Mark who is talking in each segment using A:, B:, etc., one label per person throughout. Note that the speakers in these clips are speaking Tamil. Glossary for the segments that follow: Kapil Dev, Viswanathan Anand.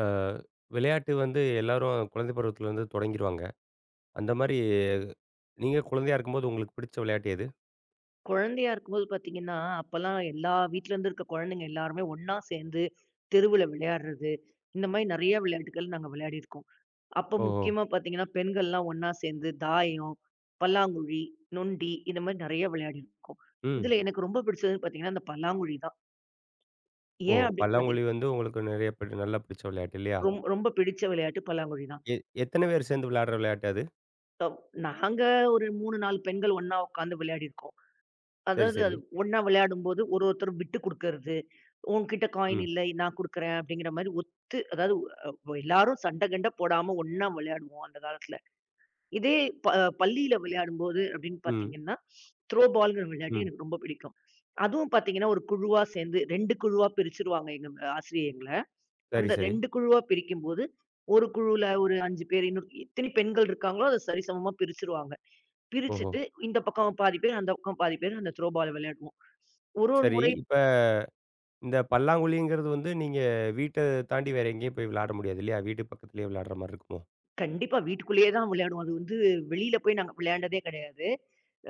A: அ விளையாட்டு வந்து எல்லாரும் குழந்தை பருவத்திலேருந்து தொடங்கிருவாங்க. அந்த மாரி நீங்க குழந்தையா இருக்கும்போது உங்களுக்கு பிடிச்ச விளையாட்டு எது?
B: குழந்தையா இருக்கும்போது பார்த்தீங்கன்னா, அப்பல்லாம் எல்லா வீட்லருந்து இருக்க குழந்தைங்க எல்லாருமே ஒண்ணா சேர்ந்து தெருவுல விளையாடுறது, இந்த மாரி நெறைய விளையாட்டுகள் நாங்க விளையாடியிருக்கோம். அப்போ
A: ஓஹோ!
B: முக்கியமா பார்த்தீங்கன்னா, பெண்கள்லாம் ஒண்ணா சேர்ந்து தாயம், பல்லாங்குழி, நொண்டி இந்த மாரி நெறைய விளையாடியிருக்கோம்.
A: ம்.
B: இதுல எனக்கு ரொம்ப பிடிச்சதுன்னு பார்த்தீங்கன்னா, அந்த பல்லாங்குழி தான்.
A: ஓ!
B: ஏன் அப்படின்னு
A: பல்லாங்குழி
B: பார்த்தீங்
A: வந்து உங்களுக்கு நெறைய பிடி நல்லா பிடிச்ச விளையாட்டு இல்லையா?
B: ரொம் ரொம்ப பிடிச்ச விளையாட்டு பல்லாங்குழி தான்.
A: எ எத்தன பேர் சேர்ந்து விளையாடுற விளையாட்டு அது?
B: ட நாங்க ஒரு 3, 4 பெண்கள் ஒண்ணா உட்காந்து விளையாடியிருக்கோம்.
A: சரி,
B: அதாவது
A: சரி.
B: அது ஒண்ணா விளையாடும்போது ஒரு ஒருத்தர் விட்டு குடுக்கறது. உன்கிட்ட காயின்
A: ம்,
B: இல்ல. நான் குடுக்குறேன் அப்படிங்கிற மாரி ஒத்து, அதாவது எல்லாரும் சண்டை கண்ட போடாம ஒண்ணா விளையாடுவோம் அந்த காலத்துல. இதே ப பள்ளியில விளையாடும்போது அப்படின்னு
A: ம்,
B: பார்த்தீங்கன்னா, த்ரோ பால்ங்கிற விளையாட்டு
A: ம்.
B: எனக்கு ரொம்ப பிடிக்கும். அதுவும் பார்த்தீங்கன்னா, ஒரு குழுவா சேர்ந்து 2 குழுவா பிரிச்சுருவாங்க எங்க ஆசிரியர் எங்கள. அந்த
A: சரி,
B: சரிங்க.
A: சரி.
B: 2 குழுவா பிரிக்கும்போது, ஒரு குழுவுல ஒரு 5 பேர் இன்னொரு எத்தனை பெண்கள் இருக்காங்களோ, அத சரிசமமா பிரிச்சுருவாங்க.
A: ஓஹோ!
B: பிரிச்சுட்டு இந்த பக்கம் பாதி பேர், அந்த பக்கம் பாதி பேர் அந்த த்ரோ பால் விளையாடுவோம். ஒரு
A: சரி.
B: முறை
A: இப்ப இந்த பல்லாங்குழிங்கிறது வந்து நீங்க வீட்ட தாண்டி வேற எங்கேயும் போய் விளையாட முடியாது இல்லையா? வீட்டு பக்கத்திலேயே விளையாடுற மாரி இருக்குமோ?
B: கண்டிப்பா வீட்டுக்குள்ளேயே தான் விளையாடுவோம். அது வந்து வெளியில போய் நாங்க விளையாண்டதே கிடையாது.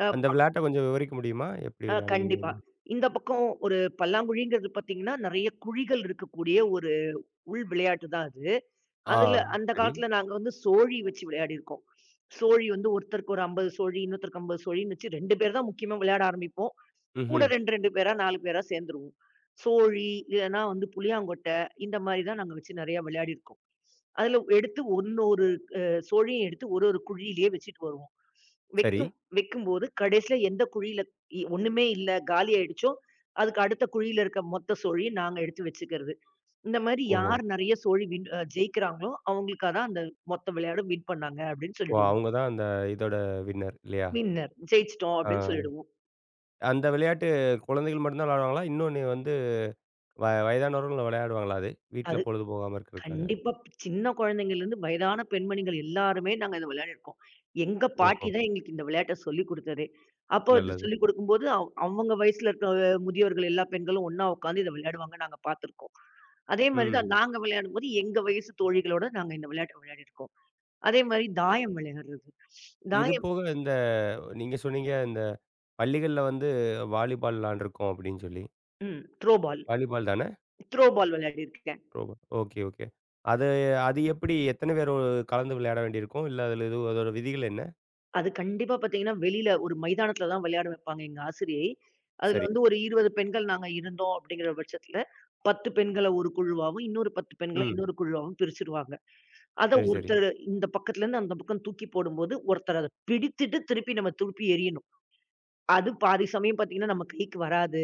B: அ
A: அந்த விளையாட்ட கொஞ்சம் விவரிக்க முடியுமா? எப்படி
B: அ கண்டிப்பா.
A: விளையாடுவீங்கன்னு?
B: இந்த பக்கம் ஒரு பல்லாங்குழிங்கிறது பார்த்தீங்கன்னா, நெறைய குழிகள் இருக்கக்கூடிய ஒரு உள் விளையாட்டு தான் அது. ஆமா.
A: ஆ,
B: அதுல அந்த
A: சரி.
B: காலத்துல நாங்க வந்து சோழி வச்சு விளையாடியிருக்கோம். சோழி வந்து ஒருத்தருக்கு ஒரு 50 சோழி, இன்னொருத்தருக்கு 50 சோழின்னு வச்சு 2 பேர் தான் முக்கியமா விளையாட ஆரம்பிப்போம். கூட
A: ம்ஹ்ம்.
B: 2, 2 பேரா 4 பேரா சேர்ந்துருவோம். சோழி, இல்லன்னா வந்து புளியாங்கொட்டை, இந்த மாரி தான் நாங்க வச்சு நெறைய விளையாடியிருக்கோம். அதுல எடுத்து ஒன்னொரு அ சோழியும் எடுத்து ஒரு குழியிலேயே வச்சுட்டு வருவோம்.
A: சரி.
B: வைக்கும் வைக்கும்போது கடைசியில எந்த குழியில ஒண்ணுமே இல்ல, காலி ஆயிடுச்சோ, அதுக்கு அடுத்த குழியில இருக்க மொத்த சோழியும் நாங்க எடுத்து வச்சுக்கிறது. இந்த மாரி
A: ஓஹோ!
B: யார் நெறைய சோழி வின் அ ஜெயிக்கிறாங்களோ, அவங்களுக்கா தான் அந்த மொத்த விளையாடும் வின் பண்ணாங்க அப்படின்னு
A: ஓ!
B: சொல்லிடுவோம்.
A: அவங்க தான் அந்த இதோட வின்னர் இல்லையா?
B: வின்னர் ஜெயிச்சுட்டோம் அப்படின்னு
A: ஆ.
B: சொல்லிடுவோம்.
A: அந்த விளையாட்டு குழந்தைகள் மட்டும் தான் விளையாடுவாங்களா? இன்னொன்னு வந்து வயதானவர்களும் விளையாடுவாங்களா அது? வீட்ல
B: அது
A: பொழுது போகாம இருக்கிறதுக்காக?
B: கண்டிப்பா. சின்ன குழந்தைங்கள்லருந்து வயதான பெண்மணிகள் எல்லாருமே நாங்க இத விளையாடிருக்கோம். எங்க பாட்டி
A: ஓஹோ!
B: தான் எங்களுக்கு இந்த விளையாட்ட சொல்லிக் குடுத்ததே. அப்போ அது ம்.
A: நல்லது.
B: சொல்லிக் குடுக்கும்போது, அவங்க வயசுல இருக்க முதியவர்கள் எல்லா பெண்களும் ஒண்ணா உட்காந்து இத விளையாடுவாங்க நாங்க பார்த்துருக்கோம். அதே மாரி
A: ம்.
B: தான். நாங்க விளையாடும்போது, எங்க வயசு தோழிகளோட நாங்க இந்த விளையாட்ட விளையாடிருக்கோம். அதே மாரி தாயம் விளையாடுறது.
A: இது
B: தாயம்.
A: போக இந்த நீங்க சொன்னீங்க இந்த பள்ளிகள்ல வந்து வாலிபால் விளாண்டுருக்கோம் அப்படின்னு சொல்லி.
B: Throw ball.
A: வாலிபால் தானே?
B: த்ரோ பால் விளையாடிருக்கேன்.
A: த்ரோபால். Okay, okay. அது அது எப்படி எத்தன பேர் கலந்து விளையாட வேண்டியிருக்கும்? இல்ல அதில எதுவும் அதோட விதிகள் என்ன?
B: அது கண்டிப்பா பார்த்தீங்கன்னா, வெளியில ஒரு மைதானத்துல தான் விளையாட வைப்பாங்க எங்க ஆசிரியை. அதுல
A: சரி.
B: வந்து ஒரு 20 பெண்கள் நாங்க இருந்தோம் அப்படிங்கிற பட்சத்துல, 10 பெண்கள ஒரு குழுவாவும், இன்னொரு 10 பெண்கள
A: ம்.
B: இன்னொரு குழுவாவும் பிரிச்சுருவாங்க. அத
A: சரி, சரி.
B: ஒருத்தர் இந்த பக்கத்துலருந்து அந்த பக்கம் தூக்கி போடும்போது, ஒருத்தர் அத பிடித்துட்டு திருப்பி நம்ம திருப்பி எறியணும். அது பாதி சமயம் பார்த்தீங்கன்னா, நம்ம கைக்கு வராது.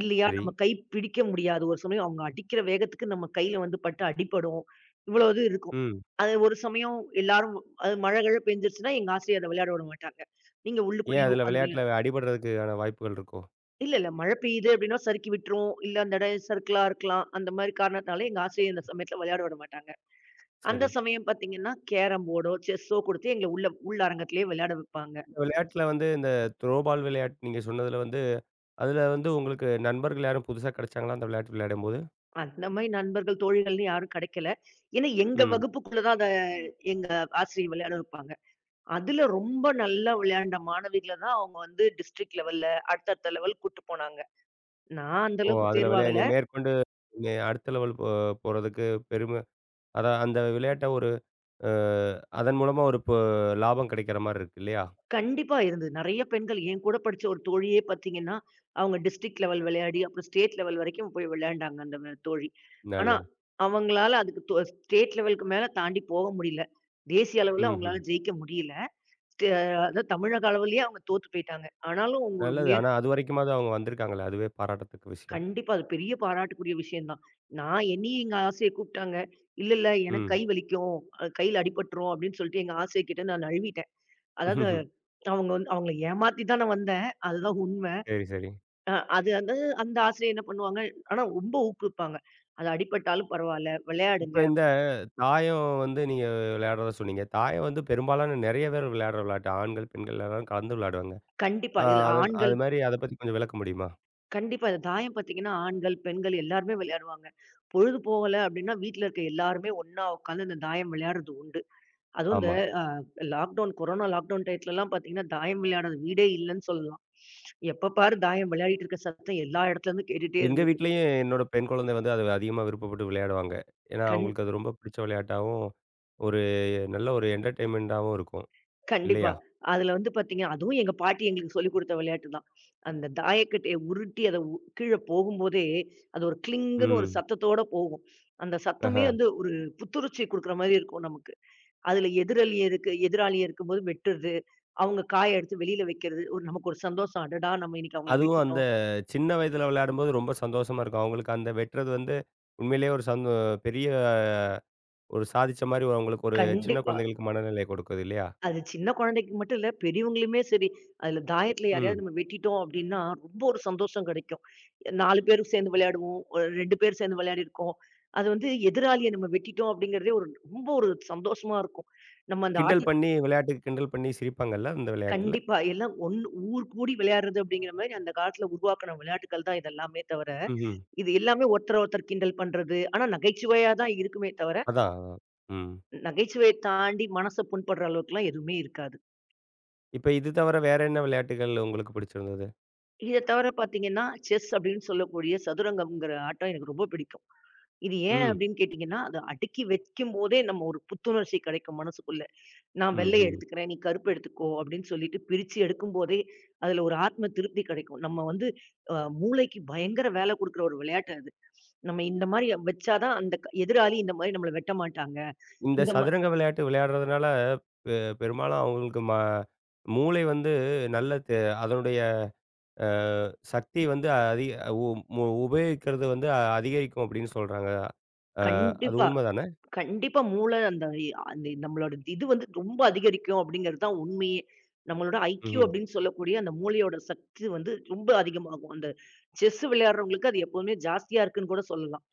B: இல்லையா,
A: சரி.
B: நம்ம கை பிடிக்க முடியாது. ஒரு சமயம் அவங்க அடிக்கிற வேகத்துக்கு நம்ம கையில வந்து பட்டு அடிபடும். இவ்வளோ இது இருக்கும்.
A: ம்.
B: அது ஒரு சமயம் எல்லாரும் அது மழை கிழ பெஞ்சிருச்சுன்னா, எங்க ஆசிரியர் அத விளையாட விட மாட்டாங்க. நீங்க
A: ஏன்
B: உள்ளுக்குள்ளேயே
A: அதில
B: உட்காந்து
A: விளையாட்டுல அடிபடுறதுக்கான வாய்ப்புகள் இருக்கோ?
B: இல்ல, இல்ல. மழை பெய்யுது அப்படின்னா சறுக்கி விட்டுரும். இல்ல அந்த இடம் சறுக்கலா இருக்கலாம். அந்த மாரி காரணத்தால எங்க ஆசிரியர் இந்த சமயத்துல விளையாட விட மாட்டாங்க. அந்த
A: சரி.
B: சமயம் பார்த்தீங்கன்னா, கேரம் போர்டோ, செஸ்ஸோ குடுத்து எங்கள உள்ள உள் அரங்கத்திலேயே விளையாட வைப்பாங்க.
A: விளையாட்டுல வந்து இந்த த்ரோ பால் விளையாட்டு நீங்க சொன்னதுல வந்து, அதுல வந்து உங்களுக்கு நண்பர்கள் யாரும் புதுசா கிடைச்சாங்களா? அந்த விளையாட்டு விளையாடும்போது?
B: அந்த மாரி நண்பர்கள், தோழிகள்னு யாரும் கிடைக்கல. ஏன்னா, எங்க
A: ம்.
B: வகுப்புக்குள்ள தான் எங்க ஆசிரியர் விளையாட வைப்பாங்க. அதுல ரொம்ப நல்லா விளையாண்ட மாணவிகள தான் அவங்க வந்து டிஸ்ட்ரிக்ட் லெவல்ல, அடுத்தடுத்த லெவல் கூட்டு போனாங்க. நான் அந்த
A: ஓ!
B: அளவுக்கு
A: அதுல நீ
B: தேர்வாகல.
A: மேற்கொண்டு நீ அடுத்த லெவல் போறதுக்கு பெருமை அதான் அந்த விளையாட்ட ஒரு அ அதன் மூலமா ஒரு லாபம் கிடைக்கிற மாரி இருக்கு இல்லையா?
B: கண்டிப்பா இருந்தது. நெறைய பெண்கள் என் கூட படிச்ச ஒரு தோழியே பார்த்தீங்கன்னா, அவங்க டிஸ்ட்ரிக்ட் லெவல் விளையாடி, அப்புறம் ஸ்டேட் லெவல் வரைக்கும் போய் விளையாண்டாங்க அந்த வ தோழி. ஆனா,
A: நல்லது.
B: அவங்களால அதுக்கு தொ ஸ்டேட் லெவலுக்கு மேல தாண்டி போக முடியல. தேசிய அளவுல
A: ம்ஹ்ம்.
B: அவங்களால ஜெயிக்க முடியல. ஸ்டே அ அதான் தமிழக அளவுலயே அவங்க தோத்து போயிட்டாங்க. ஆனாலும் அவங்க ஒரு
A: நல்லது. ஆனா
B: முயற்சி
A: அதுவரைக்குமாவது அவங்க வந்திருக்காங்களே! அதுவே பாராட்டத்தக்க விஷயம்.
B: கண்டிப்பா. அது பெரிய பாராட்டுக்குரிய விஷயம் தான். நான் என்னையும் எங்க ஆசைய கூப்பிட்டாங்க. "இல்ல, இல்ல எனக்கு
A: ம்.
B: கை வலிக்கும். கையில அடிபட்டுரும்" அப்படின்னு சொல்லிட்டு எங்க ஆசைய கேட்டு நான் நழுவிட்டேன். அதாவது அவங்க வந்து அவங்கள ஏமாத்தி தான் நான் வந்தேன். அதுதான் உண்மை.
A: சரி, சரி.
B: அது வந்து அந்த ஆசிரியர் என்ன பண்ணுவாங்க, ஆனா ரொம்ப ஊக்குவிப்பாங்க. "அது அடிபட்டாலும் பரவால்ல, விளையாடுங்க."
A: இப்ப இந்த தாயம் வந்து நீங்க விளையாடுறதா சொன்னீங்க. தாயம் வந்து பெரும்பாலான நெறைய பேர் விளையாடுற விளையாட்டு. ஆண்கள், பெண்கள் எல்லாரும் கலந்து விளையாடுவாங்க.
B: கண்டிப்பா.
A: ஆ
B: இதுல
A: அது
B: ஆண்கள்
A: அது மாரி அத பத்தி கொஞ்சம் விளக்க முடியுமா?
B: கண்டிப்பா இந்த தாயம் பார்த்தீங்கன்னா, ஆண்கள், பெண்கள் எல்லாருமே விளையாடுவாங்க. பொழுது போகல அப்படின்னா, வீட்ல இருக்க எல்லாருமே ஒண்ணா உட்காந்து இந்த தாயம் விளையாடுறது உண்டு. அதுவும் இந்த
A: ஆமா.
B: அ லாக்டவுன், கொரோனா லாக்டவுன் டயத்துலலாம் பார்த்தீங்கன்னா, தாயம் விளையாடாத வீடே இல்லன்னு சொல்லலாம். எப்ப பாரு தாயம் விளையாடிட்டு இருக்க சத்தம் எல்லா இடத்துலருந்தும் கேட்டுட்டே
A: எங்க
B: இருந்தது.
A: வீட்லயும் என்னோட பெண் குழந்தை வந்து அது அதிகமா விருப்பப்பட்டு விளையாடுவாங்க. ஏன்னா,
B: கண்
A: அவங்களுக்கு அது ரொம்ப பிடிச்ச விளையாட்டாவும், ஒரு நல்ல ஒரு என்டர்டெயின்மென்ட்டாவும் இருக்கும்.
B: கண்டிப்பா.
A: இல்லையா?
B: அதுல வந்து பார்த்தீங்கன்னா, அதுவும் எங்க பாட்டி எங்களுக்கு சொல்லிக் குடுத்த விளையாட்டு தான். அந்த தாயக்கட்டைய உருட்டி அத உ கீழ போகும்போதே, அது ஒரு கிளிங்குன்னு ஒரு
A: ம்.
B: சத்தத்தோட போகும். அந்த சத்தமே
A: ஆஹ.
B: வந்து ஒரு புத்துணர்ச்சி குடுக்குற மாரி இருக்கும் நமக்கு. அதுல எதிராளி இருக்கும்போது வெட்டுறது, அவங்க காய எடுத்து வெளியில வைக்கிறது, ஒரு நமக்கு ஒரு சந்தோஷம். அடடா! நம்ம இன்னைக்கு அவங்கள
A: அதுவும் அந்த
B: வெட்டிட்டோம்.
A: சின்ன வயதில விளையாடும்போது ரொம்ப சந்தோஷமா இருக்கும். அவங்களுக்கு அந்த வெட்டுறது வந்து உண்மையிலேயே ஒரு பெரிய ஒரு சாதிச்ச மாரி அவங்களுக்கு ஒரு சின்ன
B: கண்டிப்பா.
A: குழந்தைகளுக்கு மனநிலைய கொடுக்குது இல்லையா?
B: அது சின்ன குழந்தைக்கு மட்டும் இல்ல, பெரியவங்களுமே சரி, அதுல தாயத்துல
A: ம்.
B: யாரையாவது நம்ம வெட்டிட்டோம் அப்டின்னா, ரொம்ப ஒரு சந்தோஷம் கிடைக்கும். 4 பேரும் சேர்ந்து விளையாடுவோம். ஒரு 2 பேர் சேர்ந்து விளையாடிருக்கோம். அது வந்து எதிராளிய நம்ம வெட்டிட்டோம் அப்டிங்கிறதே ஒரு ரொம்ப ஒரு சந்தோஷமா இருக்கும். நம்ம அந்த
A: கிண்டல்
B: கண்டிப்பா, ஆட்டத்த ம்.
A: பண்ணி விளையாட்டுக்கு கிண்டல் பண்ணி சிரிப்பாங்கல்ல அந்த விளையாட்டுல?
B: கண்டிப்பா எல்லாம் ஒண்ணு ஊர் கூடி விளையாடுறது அப்டிங்கிற மாரி அந்த காலத்துல உருவாக்குன விளையாட்டுக்கள் தான் இது எல்லாமே தவிர,
A: ம்ஹ்ம்.
B: இது எல்லாமே ஒருத்தர ஒருத்தர் கிண்டல் பண்றது, ஆனா நகைச்சுவையா தான் இருக்குமே தவிர,
A: அதான், அதான். ம்.
B: நகைச்சுவைய தாண்டி மனச புண்படுற அளவுக்குலாம் எதுவுமே இருக்காது.
A: இப்ப இது தவிர வேற என்ன விளையாட்டுகள் உங்களுக்கு பிடிச்சிருந்தது?
B: இத தவிர பார்த்தீங்கன்னா, செஸ் அப்படின்னு சொல்லக்கூடிய சதுரங்கம்ங்கிற ஆட்டம் எனக்கு ரொம்ப பிடிக்கும். இது ஏன்
A: ம்.
B: அப்படின்னு கேட்டீங்கன்னா, அத அடுக்கி வைக்கும்போதே நம்ம ஒரு புத்துணர்ச்சி கிடைக்கும் மனசுக்குள்ள. நான்
A: ம்,
B: வெள்ளை
A: ம்.
B: எடுத்துக்கிறேன், நீ கருப்பு எடுத்துக்கோ அப்படின்னு சொல்லிட்டு பிரிச்சு எடுக்கும்போதே, அதுல ஒரு ஆத்ம திருப்தி கிடைக்கும். நம்ம வந்து மூளைக்கு பயங்கர வேலை குடுக்குற ஒரு விளையாட்டு அது. நம்ம இந்த மாரி வச்சா தான் அந்த க எதிராளி இந்த மாரி நம்மள வெட்ட மாட்டாங்க.
A: இந்த
B: இந்த மா
A: சதுரங்க விளையாட்டு விளையாடுறதுனால பெ பெரும்பாலும் அவங்களுக்கு மூளை வந்து நல்ல அதனுடைய அ சக்தி வந்து அதிக உ மு உபயோகிக்கிறது வந்து அதிகரிக்கும் அப்படின்னு சொல்றாங்க. அ அது
B: கண்டிப்பா.
A: உண்மதானே?
B: கண்டிப்பா மூளை அந்த அந்த நம்மளோட இது வந்து ரொம்ப அதிகரிக்கும் அப்படிங்கிறது தான் உண்மையே. நம்மளோட ஐக்யூ
A: ம்ஹ்ம்.
B: அப்படின்னு சொல்லக்கூடிய அந்த மூளையோட சக்தி வந்து ரொம்ப அதிகமாகும். அந்த செஸ் விளையாடுறவங்களுக்கு அது எப்பவுமே ஜாஸ்தியா இருக்குன்னு கூட சொல்லலாம்.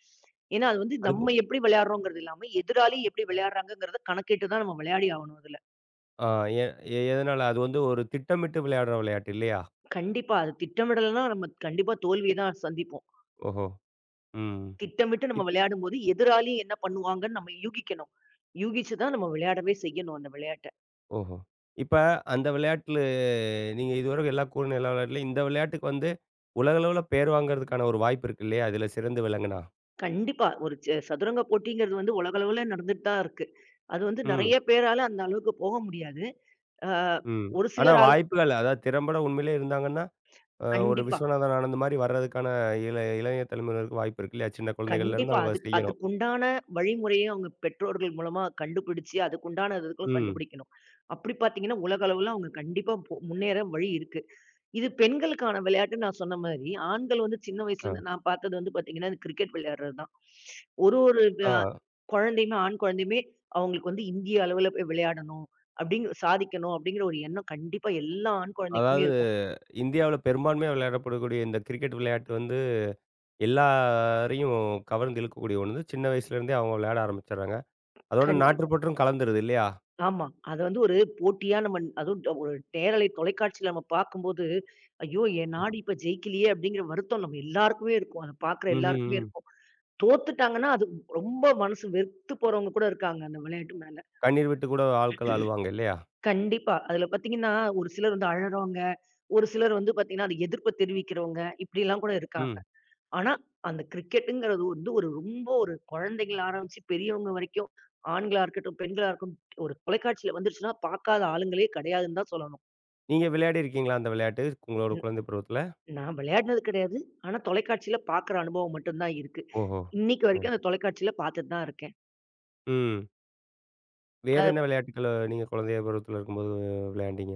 B: ஏன்னா அது வந்து
A: அது போ
B: நம்ம எப்படி விளையாடுறோங்கிறது இல்லாம, எதிராளி எப்படி விளையாடுறாங்கங்கிறத கணக்கிட்டு தான் நம்ம விளையாடி ஆகணும் அதுல.
A: ஆ எ எ- எதனால? அது வந்து ஒரு திட்டமிட்டு விளையாடுற விளையாட்டு இல்லையா?
B: கண்டிப்பா அது திட்டமிடலைன்னா நம்ம கண்டிப்பா தோல்விய தான் சந்திப்போம்.
A: ஓஹோ! ம்.
B: திட்டமிட்டு நம்ம விளையாடும்போது எதிராளி என்ன பண்ணுவாங்கன்னு நம்ம யூகிக்கணும். யூகிச்சு தான் நம்ம விளையாடவே செய்யணும் அந்த விளையாட்ட.
A: ஓஹோ! இப்ப அந்த விளையாட்டுல நீங்க இதுவரைக்கும் எல்லா எல்லா விளையாட்டுலயும் இந்த விளையாட்டுக்கு வந்து உலகளவுல பேர் வாங்குறதுக்கான ஒரு வாய்ப்பு இருக்கு இல்லையா? இதுல சிறந்து விளங்குனா.
B: கண்டிப்பா. ஒரு ச சதுரங்க போட்டிங்கிறது வந்து உலகளவுல நடந்துட்டு தான் இருக்கு. அது வந்து
A: ம்,
B: நெறைய பேரால அந்த அளவுக்கு போக முடியாது. ஆ
A: ம்.
B: ஒரு
A: ஆனா
B: சிலரால
A: வாய்ப்புகள் அதாவது திறம்பட உண்மையிலே இருந்தாங்கன்னா, ஒரு
B: கண்டிப்பா,
A: விஸ்வநாதன் ஆனந்த் மாரி வர்றதுக்கான இளைய தலைமுறையினருக்கு வாய்ப்பு இருக்கு இல்லையா? சின்ன குழந்தைகள்லேருந்து
B: கண்டிப்பா.
A: அவங்க
B: அதுக்கு
A: செய்யணும்.
B: அதுக்குண்டான வழிமுறைய அவங்க பெற்றோர்கள் மூலமா கண்டுபிடிச்சு, அதுக்குண்டான இதுகளும்
A: ம்.
B: கண்டுபிடிக்கணும். அப்படி பார்த்தீங்கன்னா, உலக அளவுல அவங்க கண்டிப்பா போ முன்னேற வழி இருக்கு. இது பெண்களுக்கான விளையாட்டுன்னு நான் சொன்ன மாதிரி, ஆண்கள் வந்து சின்ன
A: அ,
B: வயசுலேருந்து நான் பார்த்தது வந்து பார்த்தீங்கன்னா, இந்த கிரிக்கெட் விளையாடுறது தான். ஒரு ஒரு
A: ஆ.
B: அ குழந்தையுமே, ஆண் குழந்தையுமே அவங்களுக்கு வந்து இந்திய அளவுல போய் விளையாடணும், அப்படிங்கிற சாதிக்கணும் அப்படிங்கிற ஒரு எண்ணம் கண்டிப்பா எல்லா ஆண் குழந்தைக்குமே
A: அதாவது
B: இருக்கும்.
A: இந்தியாவுல பெரும்பான்மையா விளையாடப்படக்கூடிய இந்த கிரிக்கெட் விளையாட்டு வந்து எல்லாரையும் கவர்ந்து இழுக்கக்கூடிய ஒண்ணு. சின்ன வயசுலேருந்தே அவங்க விளையாட ஆரம்பிச்சுடுறாங்க. அதோட
B: கண்டிப்பா.
A: நாட்டுப்பற்றும் கலந்துருது இல்லையா?
B: ஆமா. அத வந்து ஒரு போட்டியா நம்ம அதுவும் ஒரு நேரலை தொலைக்காட்சியில நம்ம பார்க்கும்போது, "ஐயோ! என் நாடு இப்ப ஜெயிக்கலையே!" அப்படிங்கிற வருத்தம் நம்ம எல்லாருக்குமே இருக்கும். அத பார்க்குற
A: ம்ஹ்ம்.
B: எல்லாருக்குமே
A: ம்.
B: இருக்கும். தோத்துட்டாங்கன்னா, அது ரொம்ப மனசு வெறுத்து போறவங்க கூட இருக்காங்க, அந்த விளையாட்டு மேல.
A: கண்ணீர் விட்டு கூட ஆட்கள் அழுவாங்க இல்லையா?
B: கண்டிப்பா. அதுல பாத்தீங்கன்னா, ஒரு சிலர் வந்து அழறவங்க, ஒரு சிலர் வந்து பாத்தீங்கன்னா, அது எதிர்ப்பு தெரிவிக்கிறவங்க, இப்படிலாம் கூட இருக்காங்க.
A: ம்.
B: ஆனா, அந்த கிரிக்கெட்டுங்கிறது வந்து ஒரு ரொம்ப ஒரு குழந்தைங்கள ஆரம்பிச்சு பெரியவங்க வரைக்கும், ஆண்களா இருக்கட்டும், பெண்களா இருக்கட்டும், ஒரு தொலைக்காட்சியில வந்துருச்சுன்னா பாக்காத ஆளுங்களே கிடையாதுன்னு தான் சொல்லணும்.
A: நீங்க விளையாடி இருக்கீங்களா அந்த விளையாட்டு உங்களோட
B: ம்.
A: குழந்தை பருவத்துல?
B: நான் விளையாடினது கிடையாது. ஆனா, தொலைக்காட்சியில பாக்குற அனுபவம் மட்டும் தான் இருக்கு.
A: ஓஹோ!
B: இன்னைக்கு
A: ஓ!
B: வரைக்கும் அந்த தொலைக்காட்சியில பாத்துட்டு தான் இருக்கேன்.
A: ம். வேற
B: அ
A: என்ன விளையாட்டுக்கள நீங்க குழந்தை பருவத்துல இருக்கும்போது விளையாண்டீங்க?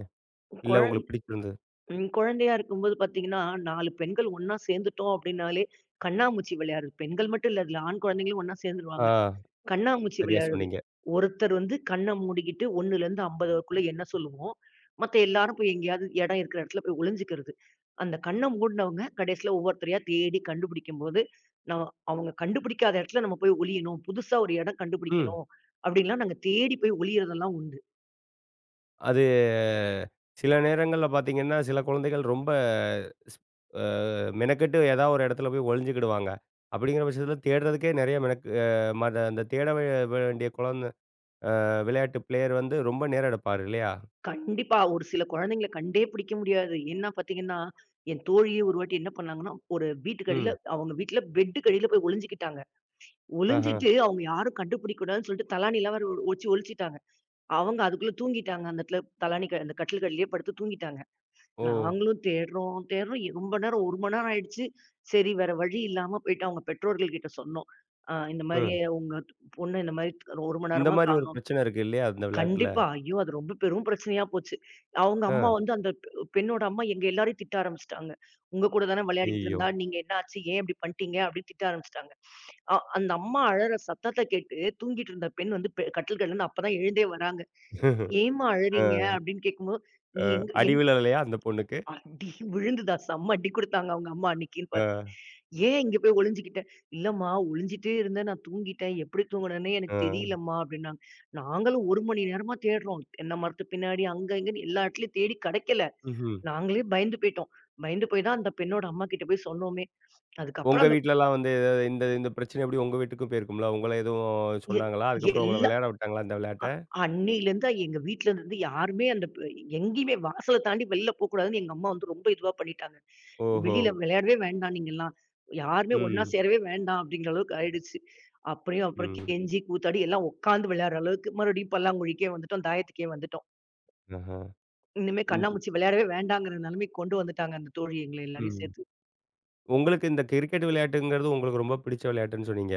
A: இல்ல
B: குழ
A: உங்களுக்கு பிடிச்சிருந்தது?
B: ம். குழந்தையா இருக்கும்போது பார்த்தீங்கன்னா, 4 பெண்கள் ஒண்ணா சேர்ந்துட்டோம் அப்படின்னாலே, கண்ணாமூச்சி விளையாடுறது. பெண்கள் மட்டும் இல்ல. அதுல ஆண் குழந்தைங்களும் ஒண்ணா
A: ஆ
B: சேர்ந்துருவாங்க. கண்ணாமூச்சி
A: சரியா
B: விளையாடுறது.
A: சொன்னீங்க.
B: ஒருத்தர் வந்து கண்ண மூடிக்கிட்டு 1லருந்து 50 வரைக்குள்ள எண்ண சொல்லுவோம். மத்த எல்லாரும் போய் எங்கேயாவது இடம் இருக்கிற இடத்துல போய் ஒளிஞ்சுக்கிறது. அந்த கண்ண மூடுனவங்க கடைசியில ஒவ்வொருத்தரையா தேடி கண்டுபிடிக்கும்போது, நம்ம அவங்க கண்டுபிடிக்காத இடத்துல நம்ம போய் ஒளியணும். புதுசா ஒரு இடம்
A: ம்.
B: கண்டுபிடிக்கணும். அப்படின்லாம் நாங்க தேடி போய் ஒளியறதெல்லாம் உண்டு.
A: அது சில நேரங்கள்ல பார்த்தீங்கன்னா, சில குழந்தைகள் ரொம்ப ஸ் அ மெனக்கெட்டு ஏதாவது ஒரு இடத்துல போய் ஒளிஞ்சுக்கிடுவாங்க. அப்படிங்கிற பட்சத்துல தேடுறதுக்கே நிறைய மெனக் அ மத அந்த தேட வே வேண்டிய குழந்த அ விளையாட்டு பிளேயர் வந்து ரொம்ப நேரம் எடுப்பார் இல்லையா?
B: கண்டிப்பா. ஒரு சில குழந்தைங்கள கண்டே பிடிக்க முடியாது. ஏன்னா பார்த்தீங்கன்னா, என் தோழியே ஒரு வாட்டி என்ன பண்ணாங்கன்னா, ஒரு வீட்டுக்கு அடியில
A: ம்.
B: அவங்க வீட்ல பெட்டுக்கு அடியில போய் ஒளிஞ்சுக்கிட்டாங்க.
A: ஆஹ.
B: ஒளிஞ்சிட்டு அவங்க யாரும் கண்டுபிடிக்க கூடாதுன்னு சொல்லிட்டு தலாணிலாம் வேற வச்சு ஒளிச்சிட்டாங்க. அவங்க அதுக்குள்ள தூங்கிட்டாங்க. அந்த இடத்துல தலாணி அந்த கட்டிலுக்கு அடியிலயே படுத்து தூங்கிட்டாங்க.
A: ஓ!
B: நாங்களும் தேடுறோம், தேடுறோம். ரொம்ப நேரம் 1 மணி நேரம் ஆயிடுச்சு. சரி வேற வழி இல்லாம போயிட்டு அவங்க பெற்றோர்கள் கிட்ட சொன்னோம். இந்த மாரி
A: ம்.
B: உங்க பொண்ணு இந்த மாரி 1 மணி
A: இந்த
B: நேரமா
A: மாரி ஒரு
B: காணோம்.
A: பிரச்சனை இருக்கு இல்லையா? அந்த விளையாட்டுல.
B: கண்டிப்பா. ஐயோ! அது ரொம்ப பெரும் பிரச்சனையா போச்சு. அவங்க அம்மா
A: அ.
B: வந்து அந்த பெண்ணோட அம்மா எங்க எல்லாரையும் திட்ட ஆரம்பிச்சுட்டாங்க. "உங்க கூட தானே விளையாடிக்கிட்டு
A: ஐயய்யோ!
B: இருந்தா, நீங்க என்ன ஆச்சு? ஏன் இப்படி பண்ணிட்டீங்க?" அப்படின்னு திட்ட ஆரம்பிச்சுட்டாங்க. அந்த அம்மா அழற சத்தத்த கேட்டு தூங்கிட்டு இருந்த பெண் வந்து கட்டில்கள்லருந்து அப்பதான் எழுந்தே வராங்க. "ஏம்மா அழறீங்க?"
A: அ
B: அப்படின்னு கேட்கும்போது, "நீ எங்க
A: அடி விழலையா அந்த பொண்ணுக்கு?
B: அடி விழுந்துதா? செம்ம அடி குடுத்தாங்க அவங்க அம்மா அன்னைக்கின்னு பார்த்து.
A: அ,
B: ஏன் இங்க போய் ஒளிஞ்சுக்கிட்ட? இல்லம்மா ஒளிஞ்சிட்டே இருந்தேன். நான் தூங்கிட்டேன். எப்படி தூங்குனேன்னே எனக்கு
A: அ.
B: தெரியலம்மா அப்டின்னாங்க. நாங்களும் 1 மணி நேரமா தேடுறோம். தென்னை மரத்து பின்னாடி அங்க, இங்கன்னு எல்லா இடத்துலயும் தேடி கெடைக்கல.
A: ம்ஹ்ம்.
B: நாங்களே பயந்து போய்ட்டோம். பயந்து போய் தான் அந்த பெண்ணோட அம்மா கிட்ட போய் சொன்னோமே.
A: உங்க
B: அதுக்கப்புறம் அந்த
A: வீட்லலாம் வந்து ஏதாவது இந்த இந்த பிரச்சனை எப்படி உங்க வீட்டுக்கும் போயிருக்கும்ல? உங்கள எதுவும்
B: எ
A: சொன்னாங்களா? அதுக்கப்புறம் உங்கள
B: எல்
A: விளையாட விட்டாங்களா அந்த விளையாட்ட?
B: அ அன்னையிலருந்து எங்க வீட்லருந்து யாருமே அந்த ப எங்கேயுமே வாசல தாண்டி வெளில போக்கூடாதுன்னு எங்க அம்மா வந்து ரொம்ப இதுவா பண்ணிட்டாங்க.
A: ஓஹோ!
B: வெளியில விளையாடவே வேண்டாம் நீங்கலாம். யாருமே ஒண்ணா
A: ம்,
B: சேரவே வேண்டாம் அப்படிங்கிற அளவுக்கு ஆயிடுச்சு. அப்புறம் அப்புறம்
A: ம்.
B: கெஞ்சி கூத்தாடி எல்லாம் உட்காந்து விளையாடுற அளவுக்கு மறுபடியும் பல்லாங்குழிக்கே வந்துட்டோம், தாயத்துக்கே வந்துட்டோம்.
A: ஆஹா.
B: இனிமே
A: ம்,
B: கண்ணாமூச்சி விளையாடவே வேண்டாங்கிற நிலைமைக்கு கொண்டு வந்துட்டாங்க அந்த தோழி எங்கள எல்லாரையும்
A: ம்.
B: சேர்த்து.
A: உங்களுக்கு இந்த கிரிக்கெட் விளையாட்டுங்கிறது உங்களுக்கு ரொம்ப பிடிச்ச விளையாட்டுன்னு சொன்னீங்க.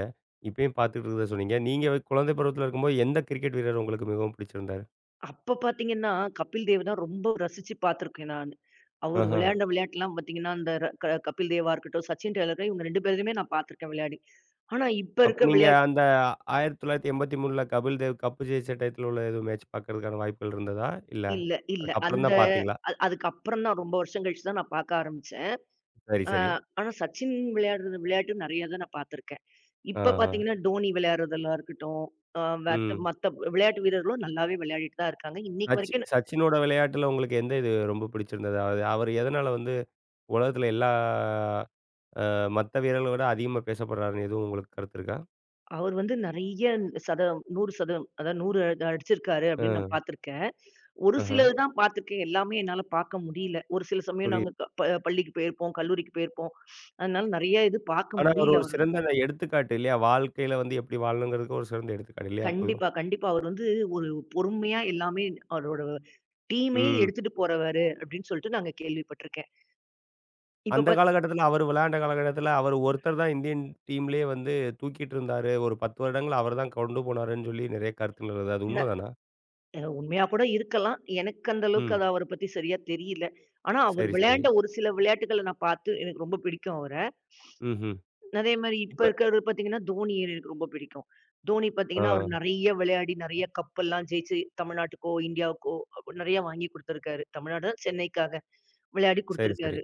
A: இப்பயும் பார்த்துட்டு இருக்கிறத சொன்னீங்க. நீங்க குழந்தை பருவத்தில இருக்கும்போது எந்த கிரிக்கெட் வீரர் உங்களுக்கு மிகவும் பிடிச்சிருந்தாரு?
B: அப்ப பார்த்தீங்கன்னா, கபில் தேவ் தான் ரொம்ப ரசிச்சு பார்த்துருக்கேன் நானு. அவரு ஓஹோ!
A: ஆஹா.
B: விளையாண்ட விளையாட்டுலாம் பார்த்தீங்கன்னா, அந்த ர க கபில் தேவா இருக்கட்டும், சச்சின் டெய்லர் இவங்க 2 பேரையுமே நான் பார்த்துருக்கேன் விளையாடி. ஆனா இப்ப
A: அப்ப
B: இருக்க ஓ!
A: நீங்க
B: விளையாட்டு
A: அந்த 1983ல கபில் தேவ் கப் ஜெயிச்ச டயத்துல உள்ள எதுவும் மேட்ச் பார்க்கறதுக்கான வாய்ப்புகள் இருந்ததா? இல்ல
B: இல்ல, இல்ல.
A: அதுக்கப்புறம்
B: அந்த
A: தான் பார்த்தீங்களா?
B: அதுக்கப்புறம் தான் ரொம்ப வருஷம் கழிச்சு தான் நான் பார்க்க ஆரம்பிச்சேன்.
A: சரி, சரி.
B: கண்டிப்பா. ஆனா சச்சின் விளையாடுறது விளையாட்டு நெறைய தான் நான் பார்த்துருக்கேன். இப்ப
A: ஆஹா.
B: பார்த்தீங்கன்னா, டோனி விளையாடுறதெல்லாம் இருக்கட்டும், அ மத்த
A: ம்.
B: மத்த விளையாட்டு வீரர்களும் நல்லாவே விளையாடிட்டு தான் இருக்காங்க. இன்னைக்கு வரைக்கும்
A: சச்சினோட விளையாட்டுல உங்களுக்கு எந்த இது ரொம்ப பிடிச்சிருந்தது? அது அவர் எதனால வந்து உலகத்துல எல்லா மத்த வீரர்கள விட அதிகமா பேசப்படுறாருன்னு எதுவும் உங்களுக்கு கருத்து இருக்கா?
B: அவர் வந்து நெறைய சதம் 100 சதம் அதாவது 100 அடிச்சிருக்காரு அப்படின்னு நான்
A: ஆ.
B: பார்த்துருக்கேன். ஒரு
A: ஆஹா.
B: சிலது தான் பார்த்துருக்கேன். எல்லாமே என்னால பார்க்க முடியல. ஒரு சில சமயம்
A: புரியுது.
B: நாங்க க ப பள்ளிக்கு போயிருப்போம், கல்லூரிக்கு போயிருப்போம். அதனால நெறைய இது பார்க்க
A: ஆனா அவர்
B: முடியல
A: ஒரு
B: அவர.
A: சிறந்த எடுத்துக்காட்டு இல்லையா? வாழ்க்கையில வந்து எப்படி வாழணுங்கிறதுக்கு ஒரு சிறந்த எடுத்துக்காட்டு இல்லையா? பொதுவா.
B: கண்டிப்பா, கண்டிப்பா. அவர் வந்து ஒரு பொறுமையா எல்லாமே அவரோட டீமே
A: ம்.
B: எடுத்துட்டு போறவரு அப்படின்னு சொல்லிட்டு நாங்க கேள்விப்பட்டுருக்கேன். இப்ப
A: அந்த
B: பாத்
A: காலகட்டத்தில அவரு விளையாண்ட காலகட்டத்தில, அவரு ஒருத்தர் தான் இந்தியன் டீம்லயே வந்து தூக்கிட்டு இருந்தாரு. ஒரு 10 வருடங்கள் அவரு தான் கொண்டு போனாருன்னு சொல்லி நெறைய கருத்துக்கள் வருது. அது
B: ந
A: உண்மதானா?
B: உண்மையா கூட இருக்கலாம். எனக்கு அந்த அளவுக்கு
A: ம்.
B: அது அவர பத்தி சரியா தெரியல. ஆனா அவர்
A: சரி, சரி.
B: விளையாண்ட ஒரு சில விளையாட்டுகள நான் பார்த்து எனக்கு ரொம்ப பிடிக்கும் அவர.
A: ம்ஹ்ம்.
B: அதே மாரி
A: இப்ப
B: இப்ப இருக்கிறவர் பார்த்தீங்கன்னா, தோனிய எனக்கு ரொம்ப பிடிக்கும். தோனி
A: ஆ
B: பார்த்தீங்கன்னா, ஆமா. அவரு நெறைய விளையாடி, நெறைய கப்பெல்லாம் ஜெயிச்சு தமிழ்நாட்டுக்கோ, இந்தியாவுக்கோ நெறைய வாங்கி குடுத்துருக்காரு. தமிழ்நாடு, சென்னைக்காக விளையாடி
A: சரி, சரி.
B: குடுத்துருக்காரு.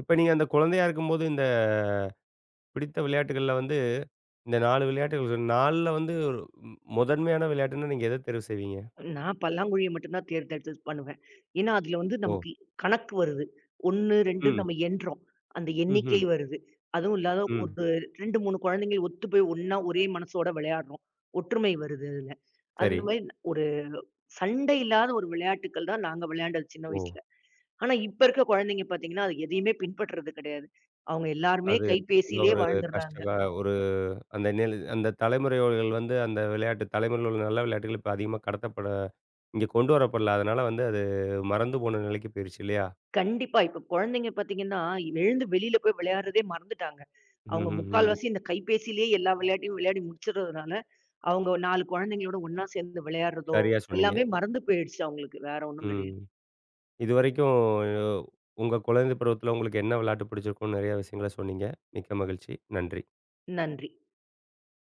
A: இப்ப நீங்க அந்த குழந்தையா இருக்கும்போது, இந்த பிடித்த விளையாட்டுகள்ல வந்து இந்த 4 விளையாட்டுகள் 4ல வந்து ஒரு ம் முதன்மையான விளையாட்டுன்னா நீங்க எத தேர்வு செய்வீங்க?
B: நான் பல்லாங்குழிய மட்டும் தான் தேர்ந்தெடுத்து பண்ணுவேன். ஏன்னா, அதுல வந்து
A: ஓ!
B: நமக்கு கணக்கு வருது. 1, 2 ம்.
A: ம்.
B: நம்ம எண்றோம். அந்த
A: ம்ஹ்ம்.
B: எண்ணிக்கை வருது. அதுவும் இல்லாத
A: ம். ம்
B: ஒரு 2, 3 குழந்தைங்க ஒத்து போய் ஒண்ணா ஒரே மனசோட விளையாடுறோம். ஒற்றுமை வருது அதுல. அந்த
A: சரி.
B: மாரி கண்டிப்பா. ஒரு சண்டை இல்லாத ஒரு விளையாட்டுக்கள் தான் நாங்க விளையாண்டது சின்ன
A: ஓ!
B: வயசுல. ஆனா, இப்ப இருக்க குழந்தைங்க பார்த்தீங்கன்னா, அது எதையுமே பின்பற்றது கிடையாது. அவங்க எல்லாருமே
A: அது
B: கைபேசியிலேயே
A: ஒரு
B: வாழ்ந்துர்றாங்க.
A: கஷ்டமா ஒரு கஷ்ட அந்த அந்த தலைமுறையோர்கள் வந்து அந்த விளையாட்டு தலைமுறையில் உள்ள நல்ல விளையாட்டுகள் இப்ப அதிகமா கடத்தப்பட இங்க கொண்டு வரப்படல. அதனால வந்து அது மறந்து போன நிலைக்கு போயிருச்சு இல்லையா?
B: கண்டிப்பா. இப்ப குழந்தைங்க பார்த்தீங்கன்னா, எழுந்து வெளியில போய் விளையாடுறதே மறந்துட்டாங்க. அவங்க
A: ம்ஹ்ஹ்ம்.
B: முக்கால்வாசி இந்த கைபேசியிலேயே எல்லா விளையாட்டையும் விளையாடி முடிச்சுடுறதுனால, அவங்க 4 குழந்தைங்களோட ஒண்ணா சேர்ந்து விளையாடுறதோ,
A: சரியா சொன்னீங்க.
B: எல்லாமே மறந்து போயிடுச்சு அவங்களுக்கு. வேற ஒண்ணும்
A: ம்.
B: கிடையாது.
A: இதுவரைக்கும் உங்க குழந்தை பருவத்தில உங்களுக்கு என்ன விளையாட்டு பிடிச்சிருக்கும்னு நெறைய விஷயங்கள சொன்னீங்க. மிக்க மகிழ்ச்சி. நன்றி.
B: நன்றி.